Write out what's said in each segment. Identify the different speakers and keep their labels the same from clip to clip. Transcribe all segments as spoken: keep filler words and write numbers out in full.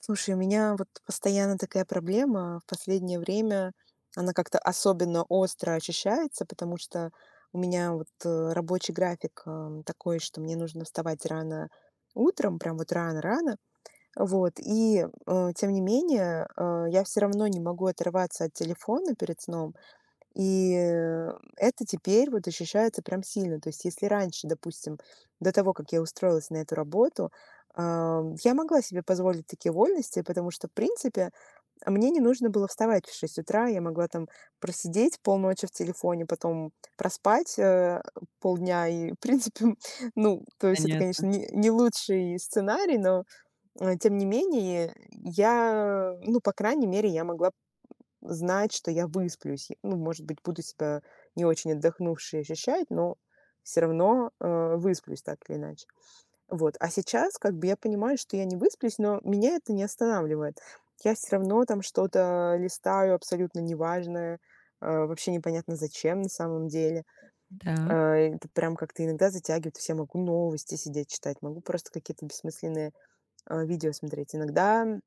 Speaker 1: Слушай, у меня вот постоянно такая проблема. В последнее время она как-то особенно остро ощущается, потому что у меня вот э, рабочий график эм, такой, что мне нужно вставать рано утром, прям вот рано-рано. Вот. И э, тем не менее, э, я все равно не могу оторваться от телефона перед сном. И, э, это теперь вот ощущается прям сильно. То есть если раньше, допустим, до того, как я устроилась на эту работу, ам, я могла себе позволить такие вольности, потому что, в принципе, а, мне не нужно было вставать в шесть утра. Я могла там просидеть полночи в телефоне, потом проспать, э, полдня. И, в принципе, ну, то есть это, конечно,
Speaker 2: Понятно.
Speaker 1: не не лучший сценарий, но, э, тем не менее, я, ну, по крайней мере, я могла знать, что я высплюсь. Ну, может быть, буду себя не очень отдохнувшей ощущать, но все равно э, высплюсь так или иначе. Вот. А сейчас как бы я понимаю, что я не высплюсь, но меня это не останавливает. Я все равно там что-то листаю абсолютно неважное, э, вообще непонятно зачем на самом деле.
Speaker 2: Так.
Speaker 1: Э, Это прям как-то иногда затягивает. Я могу новости сидеть читать, могу просто какие-то бессмысленные э, видео смотреть. Иногда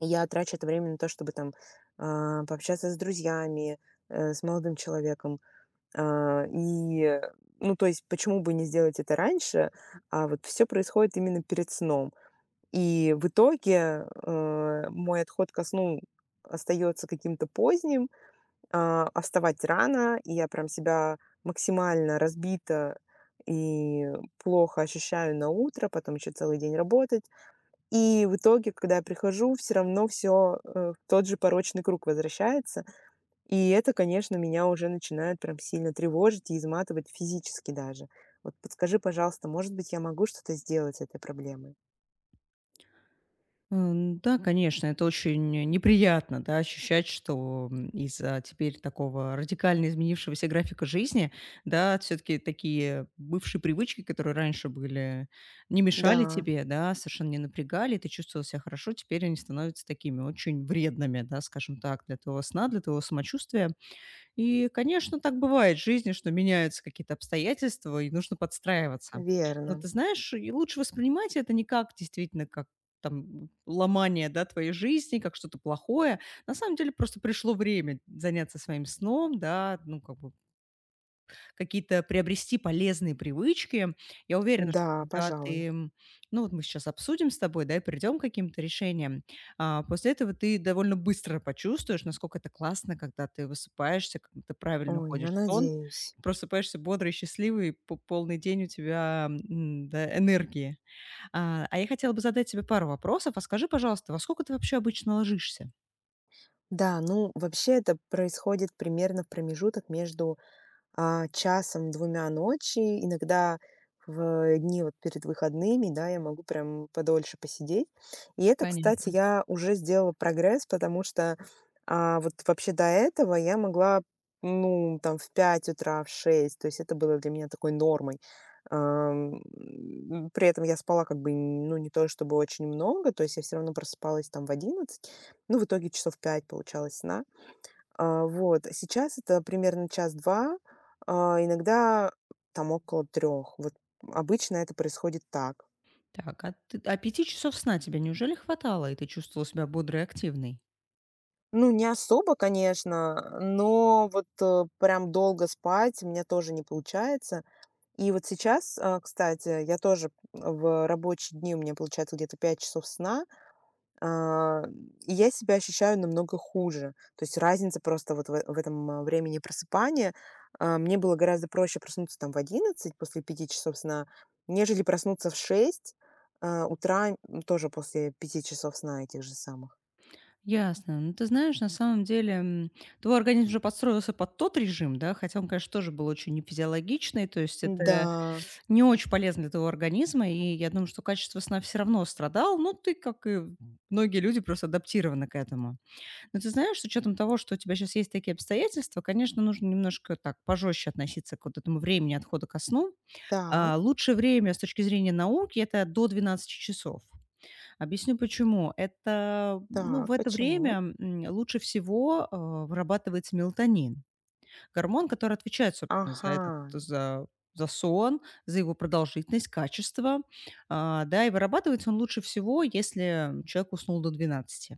Speaker 1: я трачу это время на то, чтобы там, а, пообщаться с друзьями, э, с молодым человеком. А, и, э, ну, то есть, почему бы не сделать это раньше, а вот все происходит именно перед сном. И в итоге, э, мой отход ко сну остаётся каким-то поздним, а, а вставать рано, и я прям себя максимально разбито и плохо ощущаю на утро, потом еще целый день работать. И в итоге, когда я прихожу, все равно все в тот же порочный круг возвращается. И это, конечно, меня уже начинает прям сильно тревожить и изматывать физически даже. Вот подскажи, пожалуйста, может быть, я могу что-то сделать с этой проблемой?
Speaker 2: М, да, конечно, это очень неприятно, да, ощущать, что, м, из-за теперь такого радикально изменившегося графика жизни, да, все таки такие бывшие привычки, которые раньше были, не мешали
Speaker 1: Да,
Speaker 2: тебе, да, совершенно не напрягали, и ты чувствовал себя хорошо, теперь они становятся такими очень вредными, да, скажем так, для твоего сна, для твоего самочувствия. И, конечно, так бывает в жизни, что меняются какие-то обстоятельства, и нужно подстраиваться. Но
Speaker 1: верно.
Speaker 2: ты знаешь, и лучше воспринимать это не как действительно как там ломание, да, твоей жизни, как что-то плохое. На самом деле просто пришло время заняться своим сном, да, ну, как бы какие-то приобрести полезные привычки. Я уверена, что
Speaker 1: Да,
Speaker 2: когда
Speaker 1: пожалуй.
Speaker 2: ты, м, ну вот мы сейчас обсудим с тобой, да, и придем к каким-то решениям, а, после этого ты довольно быстро почувствуешь, насколько это классно, когда ты высыпаешься, когда ты правильно
Speaker 1: Ой, я
Speaker 2: уходишь в сон,
Speaker 1: надеюсь.
Speaker 2: просыпаешься бодрый, счастливый, и по- полный день у тебя м, да, энергии. А, а я хотела бы задать тебе пару вопросов. А скажи, пожалуйста, во сколько ты вообще обычно ложишься?
Speaker 1: Да, ну, вообще это происходит примерно в промежуток между А, часом, двумя ночи, иногда в дни вот перед выходными, да, я могу прям подольше посидеть. И это, кстати,
Speaker 2: Понятно.
Speaker 1: я уже сделала прогресс, потому что, а, вот вообще до этого я могла, ну, там в пять утра, в шесть то есть это было для меня такой нормой. Ам, м, при этом я спала как бы, ну, не то чтобы очень много, то есть я все равно просыпалась там в одиннадцать, ну, в итоге часов пять получалось сна. А, вот. Сейчас это примерно час-два, а, иногда там около трех. Вот обычно это происходит так.
Speaker 2: Так, а, ты, а пяти часов сна тебе неужели хватало, и ты чувствовала себя бодрой и активной?
Speaker 1: Ну, не особо, конечно, но вот, э, прям долго спать у меня тоже не получается. И вот сейчас, а, кстати, я тоже в рабочие дни у меня получается где-то пять часов сна. А, и я себя ощущаю намного хуже. То есть разница просто вот в э в этом, а, времени просыпания. А, мне было гораздо проще проснуться там в одиннадцать после пяти часов сна, нежели проснуться в шесть а, утра, м, тоже после пяти часов сна этих же самых.
Speaker 2: Ясно. Ну, ты знаешь, на самом деле, м, твой организм уже подстроился под тот режим, да, хотя он, конечно, тоже был очень нефизиологичный, то есть
Speaker 1: Да,
Speaker 2: это не очень полезно для твоего организма, и я думаю, что качество сна все равно страдал, но ты, как и многие люди, просто адаптированы к этому. Но ты знаешь, с учетом того, что у тебя сейчас есть такие обстоятельства, конечно, нужно немножко так пожестче относиться к вот этому времени отхода ко сну.
Speaker 1: так.
Speaker 2: А, лучшее время с точки зрения науки — это до двенадцати часов. Объясню почему. Это, ну,
Speaker 1: Так,
Speaker 2: в это
Speaker 1: почему?
Speaker 2: время, м, лучше всего, а, вырабатывается мелатонин. Гормон, который отвечает, собственно, за
Speaker 1: Ага,
Speaker 2: этот, за за сон, за его продолжительность, качество. А, да, и вырабатывается он лучше всего, если человек уснул до двенадцати.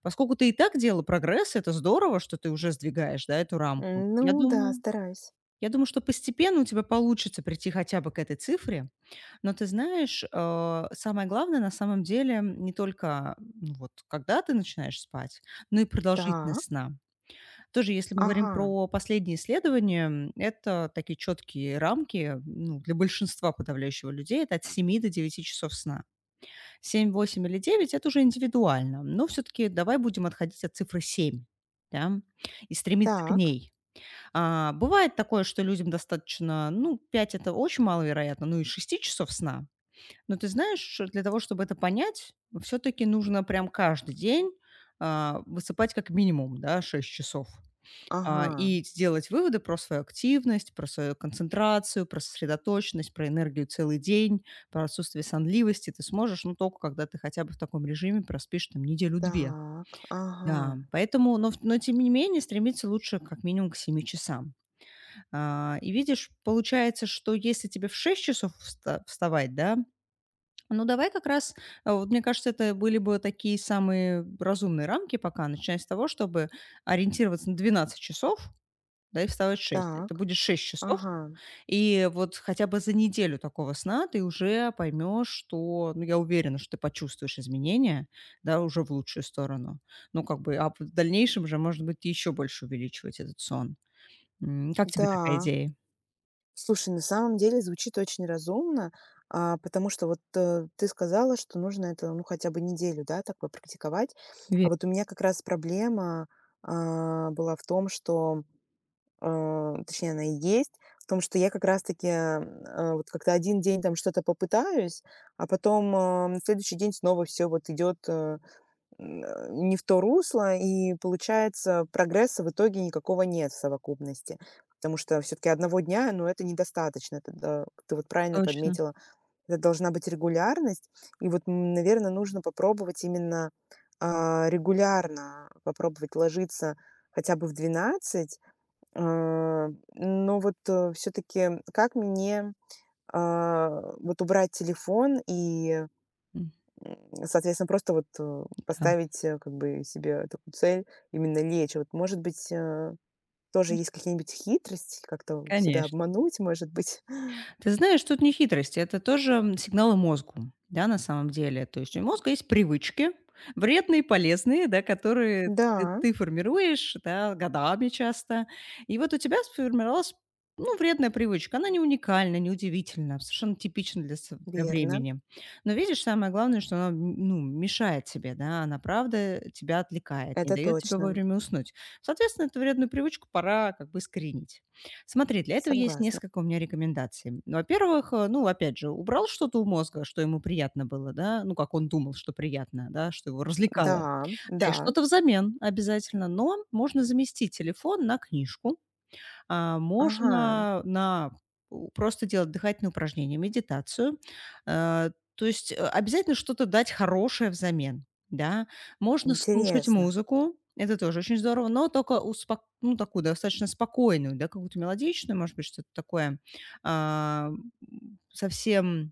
Speaker 2: Поскольку ты и так делала прогресс, это здорово, что ты уже сдвигаешь, да, эту рамку. Я
Speaker 1: ну да,
Speaker 2: думаю
Speaker 1: стараюсь.
Speaker 2: я думаю, что постепенно у тебя получится прийти хотя бы к этой цифре. Но ты знаешь, э, самое главное на самом деле не только, ну, вот когда ты начинаешь спать, но и продолжительность
Speaker 1: Так,
Speaker 2: сна. Тоже, если мы говорим
Speaker 1: ага,
Speaker 2: про последние исследования, м, это такие четкие рамки, ну, для большинства подавляющего людей это от семи до девяти часов сна. Семь, восемь или девять — это уже индивидуально, но все-таки давай будем отходить от цифры семь, да, и стремиться к
Speaker 1: так,
Speaker 2: ней. А, бывает такое, что людям достаточно, ну, пять — это очень маловероятно, ну и шести часов сна, но ты знаешь, для того, чтобы это понять, все-таки нужно прям каждый день а, высыпать как минимум, да, шесть часов. А,
Speaker 1: ага,
Speaker 2: и сделать выводы про свою активность, про свою концентрацию, про сосредоточенность, про энергию целый день, про отсутствие сонливости. Ты сможешь, ну, только когда ты хотя бы в таком режиме проспишь там неделю-две.
Speaker 1: так,
Speaker 2: Да,
Speaker 1: ага,
Speaker 2: поэтому, но, в- но тем не менее стремиться лучше как минимум к семи часам. А, и видишь, получается, что если тебе в шесть часов вста- вставать, да, ну, давай как раз, э, вот мне кажется, это были бы такие самые разумные рамки пока, начиная с того, чтобы ориентироваться на двенадцать часов, да, и вставать в шесть. Это
Speaker 1: так,
Speaker 2: будет шесть часов.
Speaker 1: ага,
Speaker 2: И вот хотя бы за неделю такого сна ты уже поймешь, что, ну, я уверена, что ты почувствуешь изменения, да, уже в лучшую сторону. Ну, как бы, а в дальнейшем же, может быть, еще больше увеличивать этот сон. М, Как тебе такая
Speaker 1: да.
Speaker 2: идея?
Speaker 1: Слушай, на самом деле звучит очень разумно, а, потому что вот э, ты сказала, что нужно это ну хотя бы неделю, да, так попрактиковать. А
Speaker 2: Верно,
Speaker 1: вот у меня как раз проблема а, была в том, что, э, точнее, она и есть, в том, что я как раз-таки э, вот как-то один день там что-то попытаюсь, а потом э, на следующий день снова все вот идет э, не в то русло, и получается прогресса в итоге никакого нет в совокупности. Потому что все-таки одного дня, ну, это недостаточно. Это да, ты вот правильно
Speaker 2: точно.
Speaker 1: подметила, это должна быть регулярность. И вот, наверное, нужно попробовать именно а, регулярно попробовать ложиться хотя бы в двенадцать. а, Но вот все-таки как мне а, вот убрать телефон и
Speaker 2: М,
Speaker 1: соответственно, просто вот, э,
Speaker 2: да.
Speaker 1: поставить, э, как бы себе такую цель именно лечь. Вот, может быть, э, тоже есть какие-нибудь хитрости, как-то себя
Speaker 2: Конечно.
Speaker 1: обмануть, может быть?
Speaker 2: Ты знаешь, тут не хитрость, это тоже, м, сигналы мозгу, да, на самом деле. То есть у мозга есть привычки, вредные, полезные, да, которые ты
Speaker 1: Да,
Speaker 2: ты формируешь, да, годами часто. И вот у тебя сформировалась, ну, вредная привычка. Она не уникальна, не удивительна, совершенно типична для сов для
Speaker 1: верно,
Speaker 2: времени. Но видишь, самое главное, что она, м, ну, мешает тебе, да, она правда тебя отвлекает, не
Speaker 1: это
Speaker 2: дает тебе
Speaker 1: точно.
Speaker 2: вовремя уснуть. Соответственно, эту вредную привычку пора как бы искоренить. Смотри, для этого есть
Speaker 1: Согласна.
Speaker 2: несколько у меня рекомендаций. Ну, во-первых, э, ну, опять же, убрал что-то у мозга, что ему приятно было, да, ну, как он думал, что приятно, да, что его развлекало.
Speaker 1: Да,
Speaker 2: Да, и
Speaker 1: да.
Speaker 2: что-то взамен обязательно. Но можно заместить телефон на книжку, а,
Speaker 1: Ага,
Speaker 2: можно на у просто делать дыхательные упражнения, медитацию. Э, то есть, э, обязательно что-то дать хорошее взамен, да. Можно слушать
Speaker 1: интересно.
Speaker 2: музыку, это тоже очень здорово, но только успок ну, такую достаточно спокойную, да, какую-то мелодичную, может быть, что-то такое, а, м, совсем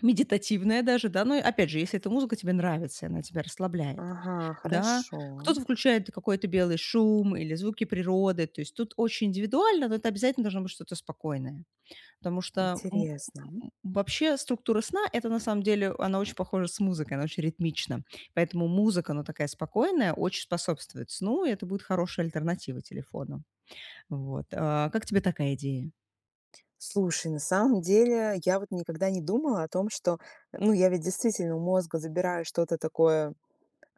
Speaker 2: медитативная даже, да. Но опять же, если эта музыка тебе нравится, и она тебя расслабляет,
Speaker 1: Ага,
Speaker 2: да.
Speaker 1: хорошо,
Speaker 2: Кто-то включает какой-то белый шум или звуки природы. То есть тут очень индивидуально, но это обязательно должно быть что-то спокойное. Потому что м,
Speaker 1: интересно.
Speaker 2: м, вообще структура сна — это на самом деле, она очень похожа с музыкой, она очень ритмична. Поэтому музыка, она такая спокойная, очень способствует сну, и это будет хорошая альтернатива телефону. Вот. А, как тебе такая идея?
Speaker 1: Слушай, на самом деле я вот никогда не думала о том, что, ну, я ведь действительно у мозга забираю что-то такое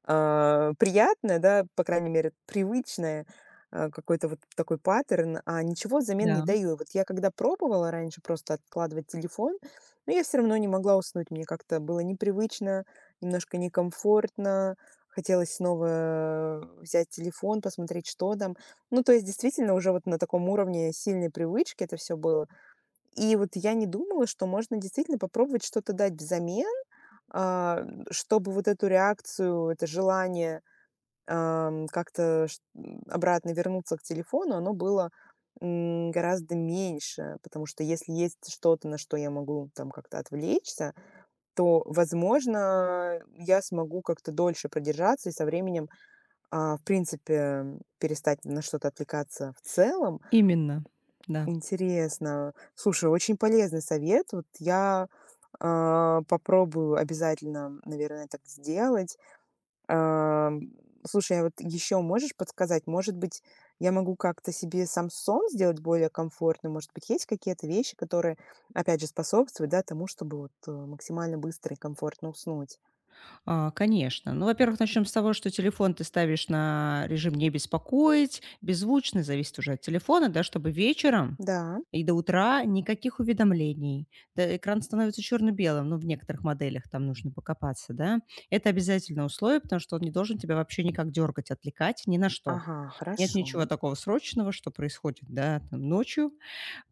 Speaker 1: а, приятное, да, по крайней мере, привычное, а, какой-то вот такой паттерн, а ничего взамен не
Speaker 2: Да,
Speaker 1: даю. Вот я когда пробовала раньше просто откладывать телефон, но я все равно не могла уснуть. Мне как-то было непривычно, немножко некомфортно. Хотелось снова взять телефон, посмотреть, что там. Ну, то есть, действительно, уже вот на таком уровне сильной привычки это все было. И вот я не думала, что можно действительно попробовать что-то дать взамен, а, чтобы вот эту реакцию, это желание ам, как-то ш обратно вернуться к телефону, оно было, м, гораздо меньше. Потому что если есть что-то, на что я могу там как-то отвлечься, то, возможно, я смогу как-то дольше продержаться и со временем, а, в принципе, перестать на что-то отвлекаться в целом.
Speaker 2: именно. Да.
Speaker 1: Интересно. Слушай, очень полезный совет. Вот я, а, попробую обязательно, наверное, так сделать. Ам, слушай, а вот еще можешь подсказать? Может быть, я могу как-то себе сам сон сделать более комфортным? Может быть, есть какие-то вещи, которые, опять же, способствуют, да, тому, чтобы вот э, максимально быстро и комфортно уснуть?
Speaker 2: А, конечно. Ну, во-первых, начнем с того, что телефон ты ставишь на режим "не беспокоить", беззвучный, зависит уже от телефона, да, чтобы вечером
Speaker 1: Да.
Speaker 2: и до утра никаких уведомлений. Да, экран становится черно-белым, ну, в некоторых моделях там нужно покопаться, да. Это обязательное условие, потому что он не должен тебя вообще никак дергать, отвлекать ни на что.
Speaker 1: Ага,
Speaker 2: Нет
Speaker 1: хорошо.
Speaker 2: ничего такого срочного, что происходит, да, там ночью.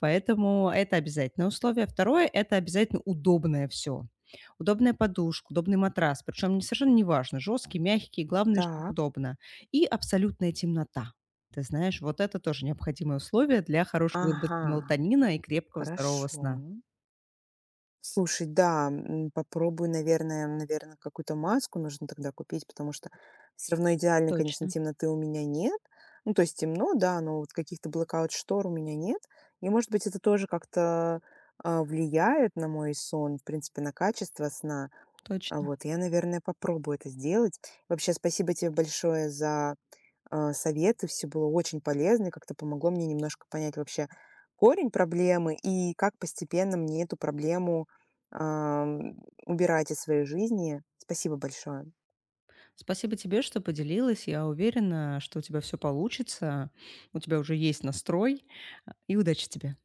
Speaker 2: Поэтому это обязательное условие. Второе — это обязательно удобное все. Удобная подушка, удобный матрас, причём не совершенно неважно, жёсткий, мягкий, главное, чтобы
Speaker 1: Так.
Speaker 2: удобно. И абсолютная темнота. Ты знаешь, вот это тоже необходимое условие для хорошей выработки
Speaker 1: Ага,
Speaker 2: мелатонина и крепкого здорового сна.
Speaker 1: хорошо. Слушай, да, м, попробую, наверное, наверное, какую-то маску нужно тогда купить, потому что все равно идеальной, конечно,
Speaker 2: Точно,
Speaker 1: темноты у меня нет. Ну, то есть темно, да, но вот каких-то блэкаут-штор у меня нет. И, может быть, это тоже как-то а, влияет на мой сон, в принципе, на качество сна. А
Speaker 2: точно.
Speaker 1: вот, я, наверное, попробую это сделать. Вообще, спасибо тебе большое за а, советы, все было очень полезно и как-то помогло мне немножко понять вообще корень проблемы и как постепенно мне эту проблему, ам, убирать из своей жизни. Спасибо большое.
Speaker 2: Спасибо тебе, что поделилась. Я уверена, что у тебя все получится. У тебя уже есть настрой. А, и удачи тебе.